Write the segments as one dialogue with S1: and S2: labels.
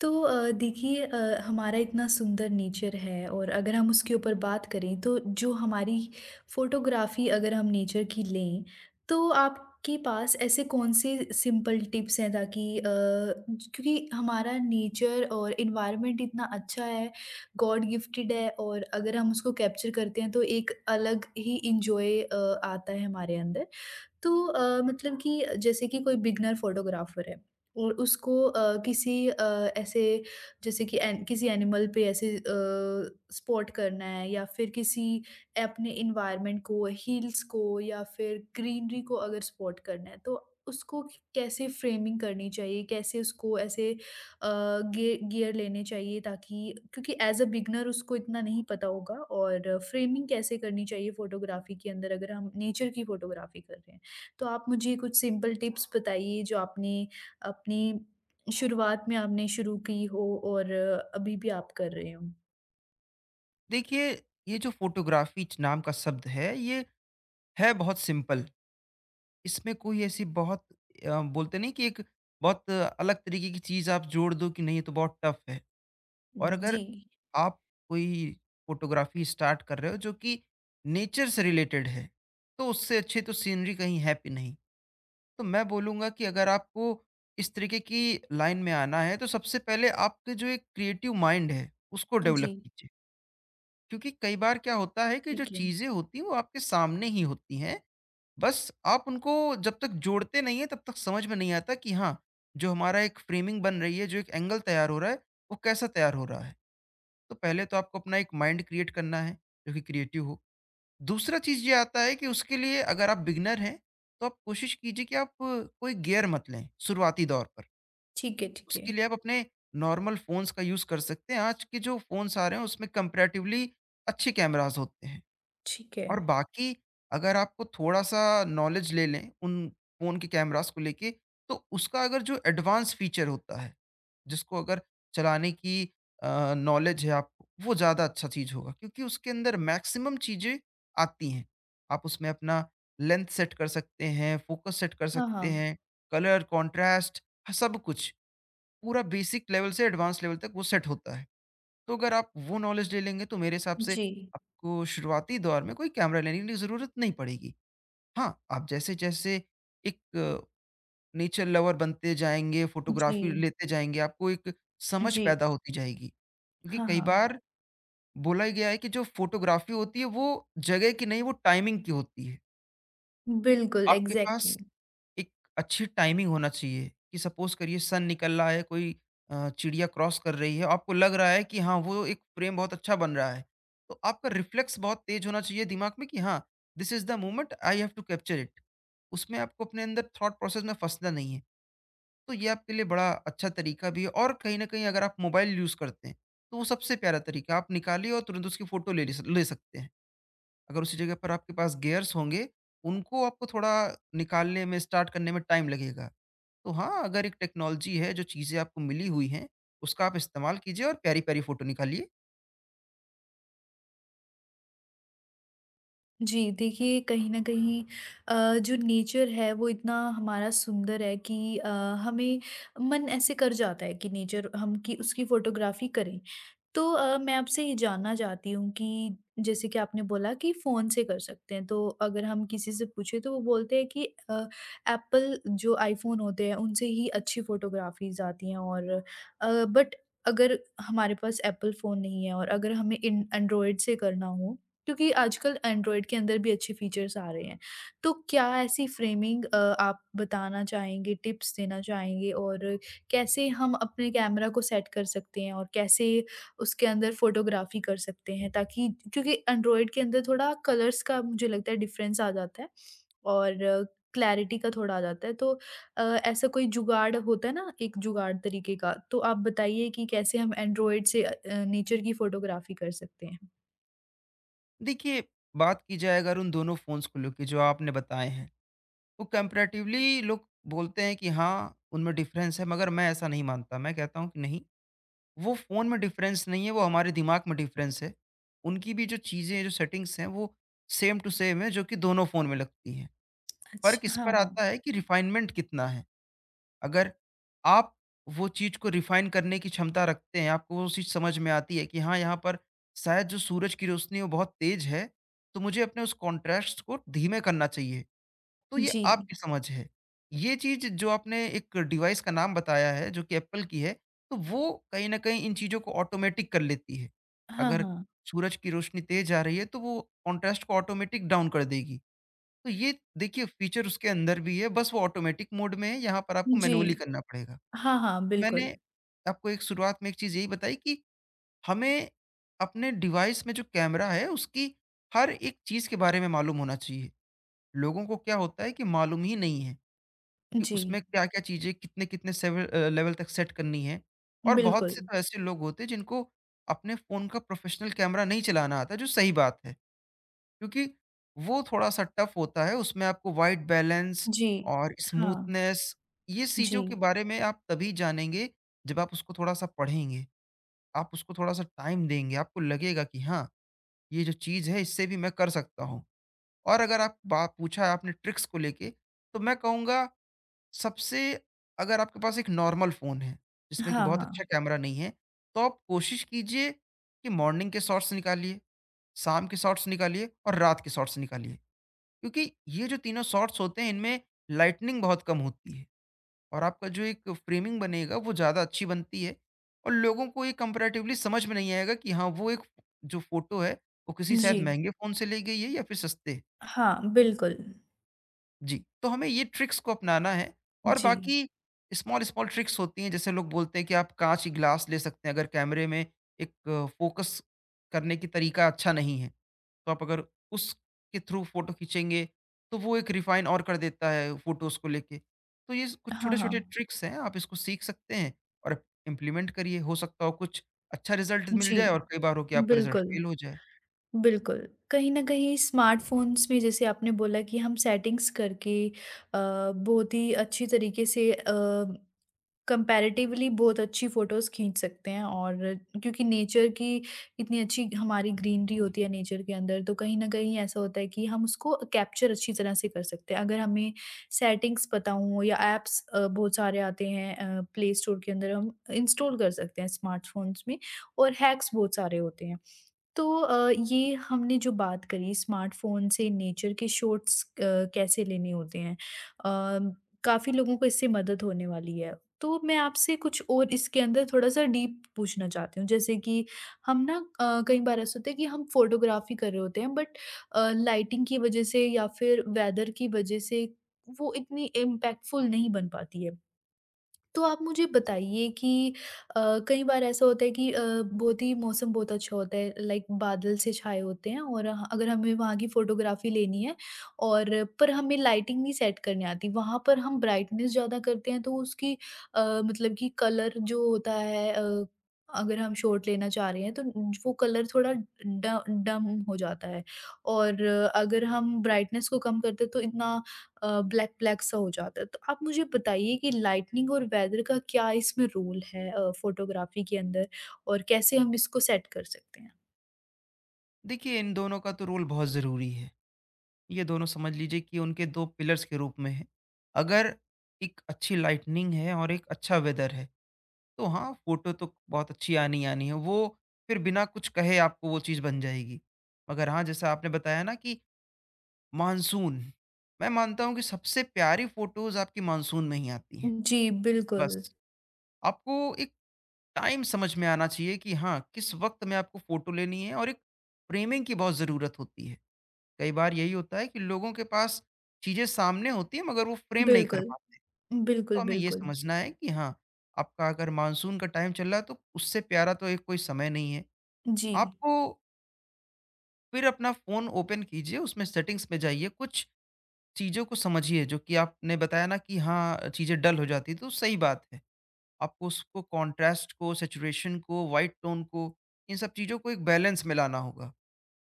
S1: देखिए, हमारा इतना सुंदर नेचर है और अगर हम उसके ऊपर बात करें तो जो हमारी फोटोग्राफी अगर हम नेचर की लें तो आपके पास ऐसे कौन से सिंपल टिप्स हैं क्योंकि हमारा नेचर और इन्वायरमेंट इतना अच्छा है, गॉड गिफ्टेड है, और अगर हम उसको कैप्चर करते हैं तो एक अलग ही इंजॉय आता है हमारे अंदर। मतलब कि जैसे कि कोई बिगनर फोटोग्राफर है और उसको किसी ऐसे, जैसे कि किसी एनिमल पे ऐसे स्पॉट करना है, या फिर किसी अपने इन्वायरमेंट को, हिल्स को या फिर ग्रीनरी को अगर स्पॉट करना है, तो उसको कैसे फ्रेमिंग करनी चाहिए, कैसे उसको ऐसे गियर लेने चाहिए, ताकि, क्योंकि एज अ बिगनर उसको इतना नहीं पता होगा, और फ्रेमिंग कैसे करनी चाहिए फोटोग्राफी के अंदर, अगर हम नेचर की फोटोग्राफी कर रहे हैं। तो आप मुझे कुछ सिंपल टिप्स बताइए जो आपने अपनी शुरुआत में आपने शुरू की हो, और अभी भी आप कर रहे हो?
S2: देखिए, ये जो फ़ोटोग्राफ़ी नाम का शब्द है, ये है बहुत सिंपल। इसमें कोई ऐसी बहुत बोलते नहीं कि एक बहुत अलग तरीके की चीज़ आप जोड़ दो कि नहीं ये तो बहुत टफ है। और अगर
S1: जी,
S2: आप कोई फ़ोटोग्राफ़ी स्टार्ट कर रहे हो जो कि नेचर से रिलेटेड है, तो उससे अच्छी तो सीनरी कहीं है भी नहीं। तो मैं बोलूँगा कि अगर आपको इस तरीके की लाइन में आना है, तो सबसे पहले आपके जो एक क्रिएटिव माइंड है, उसको
S1: जी,
S2: डेवलप कीजिए। क्योंकि कई बार क्या होता है कि जो
S1: ठीक है।
S2: चीज़ें होती हैं वो आपके सामने ही होती हैं। बस आप उनको जब तक जोड़ते नहीं हैं तब तक समझ में नहीं आता कि हाँ, जो हमारा एक फ़्रेमिंग बन रही है, जो एक एंगल तैयार हो रहा है, वो कैसा तैयार हो रहा है। तो पहले तो आपको अपना एक माइंड क्रिएट करना है, जो कि क्रिएटिव हो। दूसरा चीज़ ये आता है कि उसके लिए अगर आप बिगिनर हैं, तो आप कोशिश कीजिए कि आप कोई गियर मत लें, शुरुआती दौर पर।
S1: ठीक है, ठीक
S2: उसके
S1: है,
S2: लिए आप अपने नॉर्मल फ़ोन्स का यूज़ कर सकते हैं। आज के जो फ़ोन्स आ रहे हैं उसमें कंपैरेटिवली अच्छे कैमराज़ होते हैं।
S1: ठीक है।
S2: और बाकी अगर आपको थोड़ा-सा नॉलेज ले लें उन फ़ोन के कैमराज़ को लेके, तो उसका अगर जो एडवांस फ़ीचर होता है, जिसको अगर चलाने की नॉलेज है आपको, वो ज़्यादा अच्छा चीज़ होगा क्योंकि उसके अंदर मैक्सिमम चीज़ें आती हैं। आप उसमें अपना लेंथ सेट कर सकते हैं, फ़ोकस सेट कर
S1: हाँ,
S2: सकते
S1: हाँ।
S2: हैं, कलर, कॉन्ट्रास्ट ह सब कुछ पूरा बेसिक लेवल से एडवांस लेवल तक वो सेट होता है। तो अगर आप वो नॉलेज ले लेंगे तो मेरे हिसाब से
S1: जी,
S2: आपको शुरुआती दौर में कोई कैमरा लेने की ज़रूरत नहीं पड़ेगी। हाँ, आप जैसे-जैसे एक नेचर लवर बनते जाएँगे, फ़ोटोग्राफ़ी
S1: जी,
S2: लेते जाएँगे, आपको एक समझ
S1: जी।
S2: पैदा होती जाएगी। क्योंकि
S1: हाँ,
S2: कई
S1: हाँ।
S2: बार बोला ही गया है कि जो फ़ोटोग्राफ़ी होती है वो जगह की नहीं, वो टाइमिंग की होती है।
S1: बिल्कुल,
S2: आपके पास
S1: एग्ज़ैक्टली।
S2: एक अच्छी टाइमिंग होना चाहिए कि सपोज करिए सन निकल रहा है, कोई चिड़िया क्रॉस कर रही है, आपको लग रहा है कि हाँ, वो एक फ्रेम बहुत अच्छा बन रहा है, तो आपका रिफ्लेक्स बहुत तेज होना चाहिए दिमाग में कि हाँ, this is the moment I have to capture it. उसमें आपको अपने अंदर थॉट प्रोसेस में फंसना नहीं है। तो ये आपके लिए बड़ा अच्छा तरीका भी है, और कहीं ना कहीं अगर आप मोबाइल यूज़ करते हैं, तो वो सबसे प्यारा तरीका आप निकालिए और तुरंत उसकी फ़ोटो ले ले सकते हैं। अगर उसी जगह पर आपके पास गियर्स होंगे, उनको आपको थोड़ा निकालने में, स्टार्ट करने में टाइम लगेगा। तो हाँ, अगर एक टेक्नोलॉजी है, जो चीज़ें आपको मिली हुई हैं, उसका आप इस्तेमाल कीजिए और प्यारी-प्यारी फ़ोटो निकालिए।
S1: जी, देखिए कहीं न कहीं, जो नेचर है वो इतना हमारा सुंदर है कि हमें मन ऐसे कर जाता है कि नेचर हम कि उसकी फ़ोटोग्राफ़ी करें। मैं आपसे ये जानना चाहती हूँ कि जैसे कि आपने बोला कि फ़ोन से कर सकते हैं, तो अगर हम किसी से पूछें तो वो बोलते हैं कि एप्पल जो आईफ़ोन होते हैं उनसे ही अच्छी फ़ोटोग्राफ़ीज़ आती हैं और बट अगर हमारे पास एप्पल फ़ोन नहीं है, और अगर हमें इन एंड्रॉयड से करना हो, क्योंकि आजकल एंड्रॉयड के अंदर भी अच्छे फ़ीचर्स आ रहे हैं, तो क्या ऐसी फ़्रेमिंग, आप बताना चाहेंगे, टिप्स देना चाहेंगे, और कैसे हम अपने कैमरा को सेट कर सकते हैं, और कैसे उसके अंदर फ़ोटोग्राफ़ी कर सकते हैं, ताकि, क्योंकि एंड्रॉइड के अंदर थोड़ा कलर्स का मुझे लगता है डिफ़रेंस आ जाता है, और क्लैरिटी का थोड़ा आ जाता है, तो, ऐसा कोई जुगाड़ होता है ना, एक जुगाड़ तरीके का, तो आप बताइए कि कैसे हम एंड्रॉइड से नेचर की फ़ोटोग्राफ़ी कर सकते हैं?
S2: देखिए, बात की जाए अगर उन दोनों फ़ोन्स को लेके जो आपने बताए हैं, वो कंपैरेटिवली लोग बोलते हैं कि हाँ, उनमें डिफ़रेंस है, मगर मैं ऐसा नहीं मानता। मैं कहता हूँ कि नहीं, वो फ़ोन में डिफ़रेंस नहीं है, वो हमारे दिमाग में डिफ़रेंस है। उनकी भी जो चीज़ें, जो सेटिंग्स हैं, वो सेम टू सेम है, जो कि दोनों फ़ोन में लगती हैं। फ़र्क
S1: अच्छा,
S2: इस
S1: हाँ,
S2: पर
S1: हाँ।
S2: आता है कि रिफ़ाइनमेंट कितना है। अगर आप वो चीज़ को रिफ़ाइन करने की क्षमता रखते हैं, आपको वो चीज़ समझ में आती है कि हाँ, यहाँ पर शायद जो सूरज की रोशनी है वो बहुत तेज़ है, तो मुझे अपने उस कॉन्ट्रास्ट को धीमे करना चाहिए। तो ये
S1: जी।
S2: आपकी समझ है। ये चीज़ जो आपने एक डिवाइस का नाम बताया है जो कि एप्पल की है, तो वो कहीं न कहीं इन चीज़ों को ऑटोमैटिक कर लेती है।
S1: हाँ,
S2: अगर
S1: हाँ।
S2: सूरज की रोशनी तेज़ आ रही है तो वो कॉन्ट्रास्ट को ऑटोमैटिक डाउन कर देगी। तो ये देखिए फीचर उसके अंदर भी है, बस वो ऑटोमेटिक मोड में है, यहाँ पर आपको
S1: जी।
S2: मैनुअली करना पड़ेगा।
S1: हाँ, हाँ,
S2: मैंने
S1: बिल्कुल।
S2: आपको एक शुरुआत में एक चीज़ यही बताई कि हमें अपने डिवाइस में जो कैमरा है, उसकी हर एक चीज़ के बारे में मालूम होना चाहिए। लोगों को क्या होता है कि मालूम ही नहीं है कि
S1: जी,
S2: उसमें क्या-क्या चीज़ें कितने-कितने लेवल तक सेट करनी है, और बहुत
S1: बिल्कुल।
S2: से तो ऐसे लोग होते हैं जिनको अपने फ़ोन का प्रोफ़ेशनल कैमरा नहीं चलाना आता, जो सही बात है। क्योंकि वो थोड़ा-सा टफ होता है, उसमें आपको व्हाइट बैलेंस
S1: जी।
S2: और
S1: हाँ,
S2: स्मूथनेस, ये
S1: जी।
S2: चीज़ों के बारे में आप तभी जानेंगे जब आप उसको थोड़ा-सा पढ़ेंगे। आप उसको थोड़ा-सा टाइम देंगे, आपको लगेगा कि हाँ, ये जो चीज़ है इससे भी मैं कर सकता हूँ। और अगर आप बा पूछा है आपने ट्रिक्स को लेके, तो मैं कहूँगा, सबसे, अगर आपके पास एक नॉर्मल फ़ोन है, जिसमें कि
S1: हाँ,
S2: बहुत
S1: हाँ।
S2: अच्छा कैमरा नहीं है, तो आप कोशिश कीजिए कि मॉर्निंग के शॉट्स निकालिए, शाम के शॉट्स निकालिए और रात के शॉट्स निकालिए। क्योंकि ये जो तीनों शॉट्स होते हैं इनमें लाइटनिंग बहुत कम होती है और आपका जो एक फ्रेमिंग बनेगा वो ज़्यादा अच्छी बनती है, और लोगों को ये कंपैरेटिवली समझ में नहीं आएगा कि हाँ, वो एक जो फोटो है वो किसी
S1: जी।
S2: शायद महंगे फ़ोन से ली गई है या फिर सस्ते।
S1: हाँ, बिल्कुल।
S2: जी, तो हमें ये ट्रिक्स को अपनाना है। और
S1: जी।
S2: बाकी स्मॉल-स्मॉल ट्रिक्स होती हैं जैसे लोग बोलते हैं कि आप काँच ग्लास ले सकते हैं अगर कैमरे में एक फ़ोकस करने की तरीका अच्छा नहीं है। तो आप अगर उसके थ्रू फोटो खींचेंगे तो वो एक रिफाइन और कर देता है फोटोज को लेके। तो ये कुछ
S1: हाँ,
S2: छोटे छोटे
S1: हाँ।
S2: ट्रिक्स हैं, आप इसको सीख सकते हैं और इम्प्लीमेंट करिए। हो सकता हो कुछ अच्छा रिजल्ट मिल
S1: जी।
S2: जाए, और कई बार हो कि आपका रिजल्ट
S1: बिल्कुल,
S2: फेल हो जाए।
S1: बिल्कुल। कहीं न कहीं स्मार्टफ़ोन्स में, जैसे आपने बोला कि हम सेटिंग्स करके, बहुत ही अच्छी तरीके से कंपैरेटिवली बहुत अच्छी फ़ोटोज़ खींच सकते हैं, और क्योंकि नेचर की इतनी अच्छी हमारी ग्रीनरी होती है नेचर के अंदर, तो कहीं न कहीं ऐसा होता है कि हम उसको कैप्चर अच्छी तरह से कर सकते हैं। अगर हमें सेटिंग्स पता हों, या ऐप्स, बहुत सारे आते हैं, प्ले स्टोर के अंदर, हम इंस्टॉल कर सकते हैं स्मार्टफ़ोन्स में, और हैक्स बहुत सारे होते हैं। ये हमने जो बात करी स्मार्टफ़ोन से नेचर के शॉट्स, कैसे लेने होते हैं। अ, काफ़ी लोगों को इससे मदद होने वाली है। तो मैं आपसे कुछ और इसके अंदर थोड़ा-सा डीप पूछना चाहती हूँ। जैसे कि हम ना, कई बार ऐसा होता है कि हम फ़ोटोग्राफ़ी कर रहे होते हैं, बट, लाइटिंग की वज़ह से या फिर वेदर की वज़ह से वो इतनी इम्पैक्टफुल नहीं बन पाती है। तो आप मुझे बताइए कि, कई बार ऐसा होता है कि, बहुत ही मौसम बहुत अच्छा होता है, लाइक बादल से छाए होते हैं, और अगर हमें वहाँ की फोटोग्राफी लेनी है, और पर हमें लाइटिंग नहीं सेट करनी आती, वहाँ पर हम ब्राइटनेस ज़्यादा करते हैं तो उसकी, मतलब कि कलर जो होता है, अगर हम शॉट लेना चाह रहे हैं तो वो कलर थोड़ा डम हो जाता है, और अगर हम ब्राइटनेस को कम करते हैं, तो इतना, ब्लैक-ब्लैक सा हो जाता है। तो आप मुझे बताइए कि लाइटनिंग और वेदर का क्या इसमें रोल है, फ़ोटोग्राफ़ी के अंदर, और कैसे हम इसको सेट कर सकते हैं?
S2: देखिए, इन दोनों का तो रोल बहुत ज़रूरी है। ये दोनों समझ लीजिए कि उनके दो पिलर्स के रूप में है। अगर एक अच्छी लाइटनिंग है और एक अच्छा वेदर है, तो हाँ, फ़ोटो तो बहुत अच्छी आनी-आनी है। वो फिर बिना कुछ कहे आपको वो चीज़ बन जाएगी। मगर हाँ, जैसा आपने बताया ना कि मानसून, मैं मानता हूँ कि सबसे प्यारी फ़ोटोज़ आपकी मानसून में ही आती हैं।
S1: जी, बिल्कुल।
S2: बस, आपको एक टाइम समझ में आना चाहिए कि हाँ, किस वक़्त में आपको फ़ोटो लेनी है, और एक फ़्रेमिंग की बहुत ज़रूरत होती है। कई बार यही होता है कि लोगों के पास चीज़ें सामने होती हैं मगर वो फ़्रेम नहीं कर
S1: बिल्कुल।
S2: पाते। तो
S1: बिल्कुल,
S2: हमें ये
S1: बिल्कुल।
S2: समझना है कि हाँ, आपका अगर मानसून का टाइम चल रहा है तो उससे प्यारा तो एक कोई समय नहीं है।
S1: जी।
S2: आपको फिर अपना फ़ोन ओपन कीजिए, उसमें सेटिंग्स में जाइए, कुछ चीज़ों को समझिए। जो कि आपने बताया ना कि हाँ, चीज़ें डल हो जाती हैं, तो सही बात है। आपको उसको कॉन्ट्रास्ट को, सैचुरेशन को, वाइट टोन को, इन सब चीज़ों को एक बैलेंस में लाना होगा,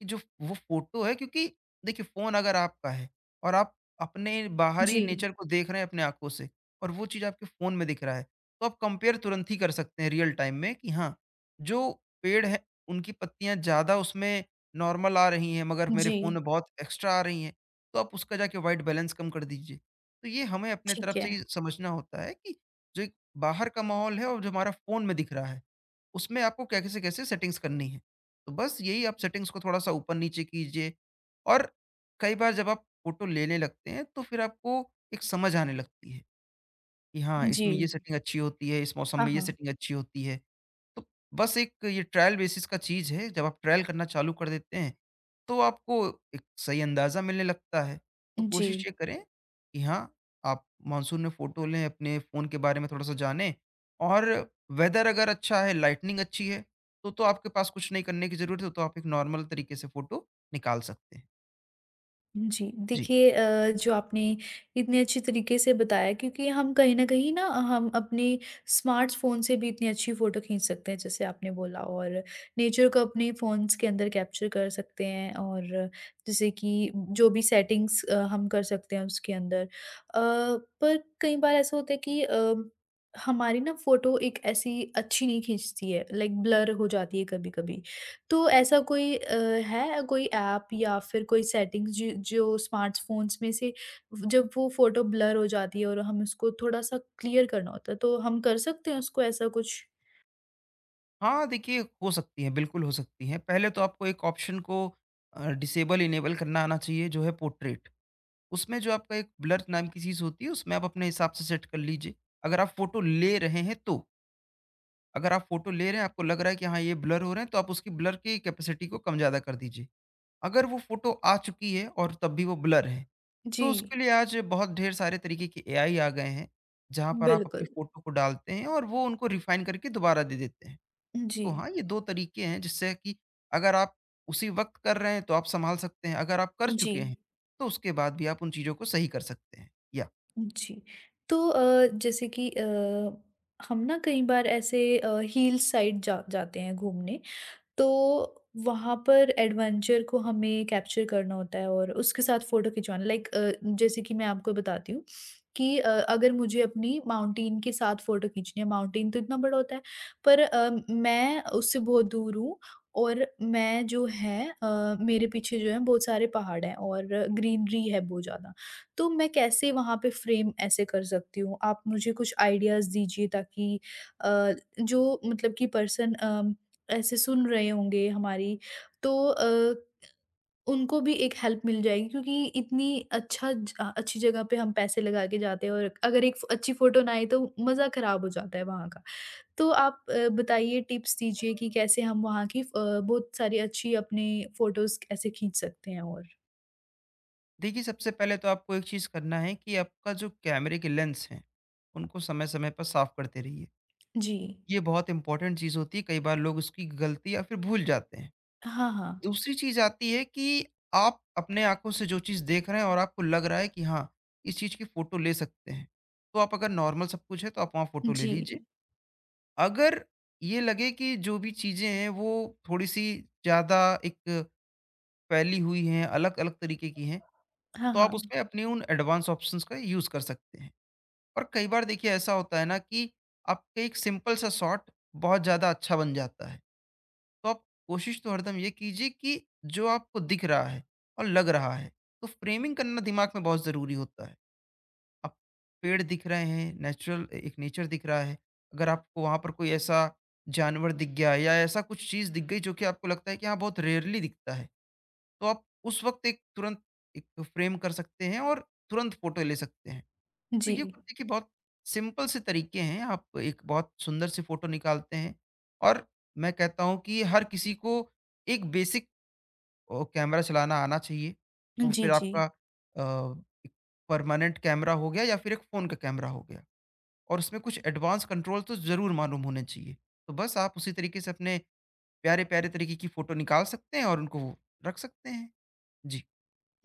S2: कि जो वो फोटो है। क्योंकि देखिए, फोन अगर आपका है और आप अपने बाहरी
S1: जी।
S2: नेचर को देख रहे हैं अपने आंखों से, और वो चीज आपके फोन में दिख रहा है, तो आप कंपेयर तुरंत ही कर सकते हैं रियल टाइम में कि हाँ, जो पेड़ है उनकी पत्तियां ज्यादा उसमें नॉर्मल आ रही हैं, मगर मेरे
S1: जी।
S2: फोन में बहुत एक्स्ट्रा आ रही हैं। तो आप उसका जाके वाइट बैलेंस कम कर दीजिए। तो ये हमें अपने
S1: ठीक
S2: तरफ से
S1: है।
S2: ही समझना होता है कि जो एक बाहर का माहौल है और जो हमारा फोन में दिख रहा है, उसमें आपको क्या, कैसे कैसे सेटिंग्स करनी है। तो बस यही आप सेटिंग्स को थोड़ा-सा ऊपर-नीचे कीजिए, और कई बार जब आप फ़ोटो लेने लगते हैं तो फिर आपको एक समझ आने लगती है कि हाँ,
S1: जी।
S2: इसमें ये सेटिंग अच्छी होती है, इस मौसम
S1: हाँ,
S2: में ये
S1: हाँ।
S2: सेटिंग अच्छी होती है। तो बस एक ये ट्रायल बेसिस का चीज़ है, जब आप ट्रायल करना चालू कर देते हैं, तो आपको एक सही अंदाज़ा मिलने लगता है। तो
S1: जी।
S2: कोशिश ये करें कि हाँ, आप मानसून में फ़ोटो लें, अपने फ़ोन के बारे में थोड़ा-सा जानें, और वेदर अगर अच्छा है, लाइटनिंग अच्छी है, तो आपके पास कुछ नहीं करने की ज़रूरत है, तो आप एक नॉर्मल तरीके से फ़ोटो निकाल सकते हैं।
S1: जी,
S2: जी।
S1: देखिए, जो आपने इतने अच्छे तरीके से बताया, क्योंकि हम कहीं न कहीं ना हम अपने स्मार्टफ़ोन से भी इतनी अच्छी फ़ोटो खींच सकते हैं जैसे आपने बोला, और नेचर को अपने फ़ोन्स के अंदर कैप्चर कर सकते हैं, और जैसे कि जो भी सेटिंग्स, हम कर सकते हैं उसके अंदर। पर कई बार ऐसा होता है कि, हमारी ना फ़ोटो एक ऐसी अच्छी नहीं खींचती है, लाइक ब्लर हो जाती है कभी-कभी। तो ऐसा कोई, है कोई ऐप या फिर कोई सेटिंग्स जो जो स्मार्टफ़ोन्स में से, जब वो फ़ोटो ब्लर हो जाती है और हम उसको थोड़ा-सा क्लियर करना होता है, तो हम कर सकते हैं उसको ऐसा कुछ?
S2: हाँ, देखिए हो सकती हैं, बिल्कुल हो सकती हैं। पहले तो आपको एक ऑप्शन को डिसेबल इनेबल करना आना चाहिए, जो है पोर्ट्रेट। उसमें जो आपका एक ब्लर नाम की चीज़ होती है, उसमें आप अपने हिसाब से सेट कर लीजिए। अगर आप फ़ोटो ले रहे हैं तो, अगर आप फ़ोटो ले रहे हैं, आपको लग रहा है कि हाँ, ये ब्लर हो रहे हैं, तो आप उसकी ब्लर की कैपेसिटी को कम-ज़्यादा कर दीजिए। अगर वो फ़ोटो आ चुकी है और तब भी वो ब्लर है,
S1: जी।
S2: तो उसके लिए आज बहुत ढेर सारे तरीके के एआई आ गए हैं, जहाँ पर आप अपनी
S1: बिल्कुल।
S2: फ़ोटो को डालते हैं और वो उनको रिफ़ाइन करके दोबारा दे देते हैं।
S1: जी।
S2: तो हाँ, ये 2 तरीके हैं जिससे कि अगर आप उसी वक़्त कर रहे हैं, तो आप सँभाल सकते हैं। अगर आप कर
S1: जी।
S2: चुके हैं, तो उसके बाद भी आप उन चीज़ों को सही कर सकते हैं। या
S1: जी। जैसे कि, हम ना कई बार ऐसे, हिल साइड जा जाते हैं घूमने, तो वहाँ पर एडवेंचर को हमें कैप्चर करना होता है, और उसके साथ फ़ोटो खिंचवाना, लाइक, जैसे कि मैं आपको बताती हूँ कि, अगर मुझे अपनी माउंटेन के साथ फ़ोटो खींचनी है, माउंटेन तो इतना बड़ा होता है, पर, मैं उससे बहुत दूर हूँ, और मैं जो है, मेरे पीछे जो है बहुत सारे पहाड़ हैं, और ग्रीनरी है बहुत ज़्यादा। तो मैं कैसे वहाँ पे फ्रेम ऐसे कर सकती हूँ? आप मुझे कुछ आइडियाज़ दीजिए, ताकि अ, जो मतलब कि पर्सन ऐसे सुन रहे होंगे हमारी, तो, उनको भी एक हेल्प मिल जाएगी, क्योंकि इतनी अच्छी जगह पे हम पैसे लगा के जाते हैं, और अगर एक फ अच्छी फ़ोटो ना आए तो मज़ा ख़राब हो जाता है वहाँ का। तो आप, बताइए टिप्स दीजिए कि कैसे हम वहाँ की बहुत सारी अच्छी अपनी फ़ोटोज़ कैसे खींच सकते हैं और?
S2: देखिए, सबसे पहले तो आपको एक चीज़ करना है कि आपका जो कैमरे के लेंस हैं, उनको समय-समय पर साफ़ करते रहिए।
S1: जी।
S2: ये बहुत इम्पोर्टेंट चीज़ होती है, कई बार लोग उसकी गलती या फिर भूल जाते हैं।
S1: हाँ, हाँ।
S2: दूसरी चीज़ आती है कि आप अपने आँखों से जो चीज़ देख रहे हैं और आपको लग रहा है कि हाँ, इस चीज़ की फ़ोटो ले सकते हैं, तो आप अगर नॉर्मल सब कुछ है, तो आप वहाँ फ़ोटो ले
S1: जी।
S2: लीजिए। अगर ये लगे कि जो भी चीज़ें हैं, वो थोड़ी-सी ज़्यादा एक फैली हुई हैं, अलग-अलग तरीके की हैं,
S1: हाँ,
S2: तो आप
S1: हाँ।
S2: उसमें अपनी उन एडवांस ऑप्शंस का यूज़ कर सकते हैं। और कई बार देखिए ऐसा होता है ना कि आपके एक सिंपल सा शॉट बहुत ज़्यादा अच्छा बन जाता है। तो आप कोशिश तो हरदम ये कीजिए कि जो आपको दिख रहा है और लग रहा है, तो फ्रेमिंग करना दिमाग में बहुत ज़रूरी होता है। आप पेड़ दिख रहे हैं, नेचुरल ए एक नेचर दिख रहा है, अगर आपको वहाँ पर कोई ऐसा जानवर दिख गया या ऐसा कुछ चीज़ दिख गई जो कि आपको लगता है कि हाँ, बहुत रेयरली दिखता है। तो आप उस वक़्त एक तुरंत एक फ्रेम कर सकते हैं और तुरंत फ़ोटो ले सकते हैं। तो
S1: जी।
S2: ये कुछ देखिए बहुत सिंपल से तरीके हैं, आप एक बहुत सुंदर सी फ़ोटो निकालते हैं। और मैं कहता हूँ कि हर किसी को एक बेसिक कैमरा चलाना आना चाहिए। वो
S1: जी,
S2: फिर
S1: जी।
S2: आपका एक परमानेंट कैमरा हो गया या फिर एक फ़ोन का कैमरा हो गया, और उसमें कुछ एडवांस कंट्रोल तो ज़रूर मालूम होने चाहिए। तो बस आप उसी तरीके से अपने प्यारे-प्यारे तरीके की फ़ोटो निकाल सकते हैं और उनको रख सकते हैं। जी।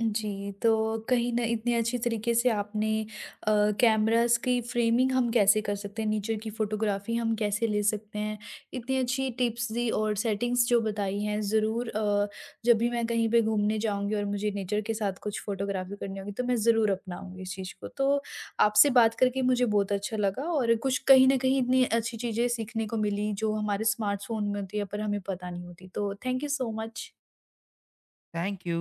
S1: जी, तो कहीं न इतने अच्छी तरीके से आपने, कैमराज़ की फ्रेमिंग हम कैसे कर सकते हैं, नेचर की फ़ोटोग्राफ़ी हम कैसे ले सकते हैं, इतनी अच्छी टिप्स दी, और सेटिंग्स जो बताई हैं, ज़रूर, जब भी मैं कहीं पे घूमने जाऊँगी और मुझे नेचर के साथ कुछ फ़ोटोग्राफ़ी करनी होगी, तो मैं ज़रूर अपनाऊँगी इस चीज़ को। तो आपसे बात करके मुझे बहुत अच्छा लगा, और कुछ कहीं न कहीं इतनी अच्छी चीज़ें सीखने को मिली, जो हमारे स्मार्टफ़ोन में होती है, पर हमें पता नहीं होती। तो thank you so much.
S2: Thank you.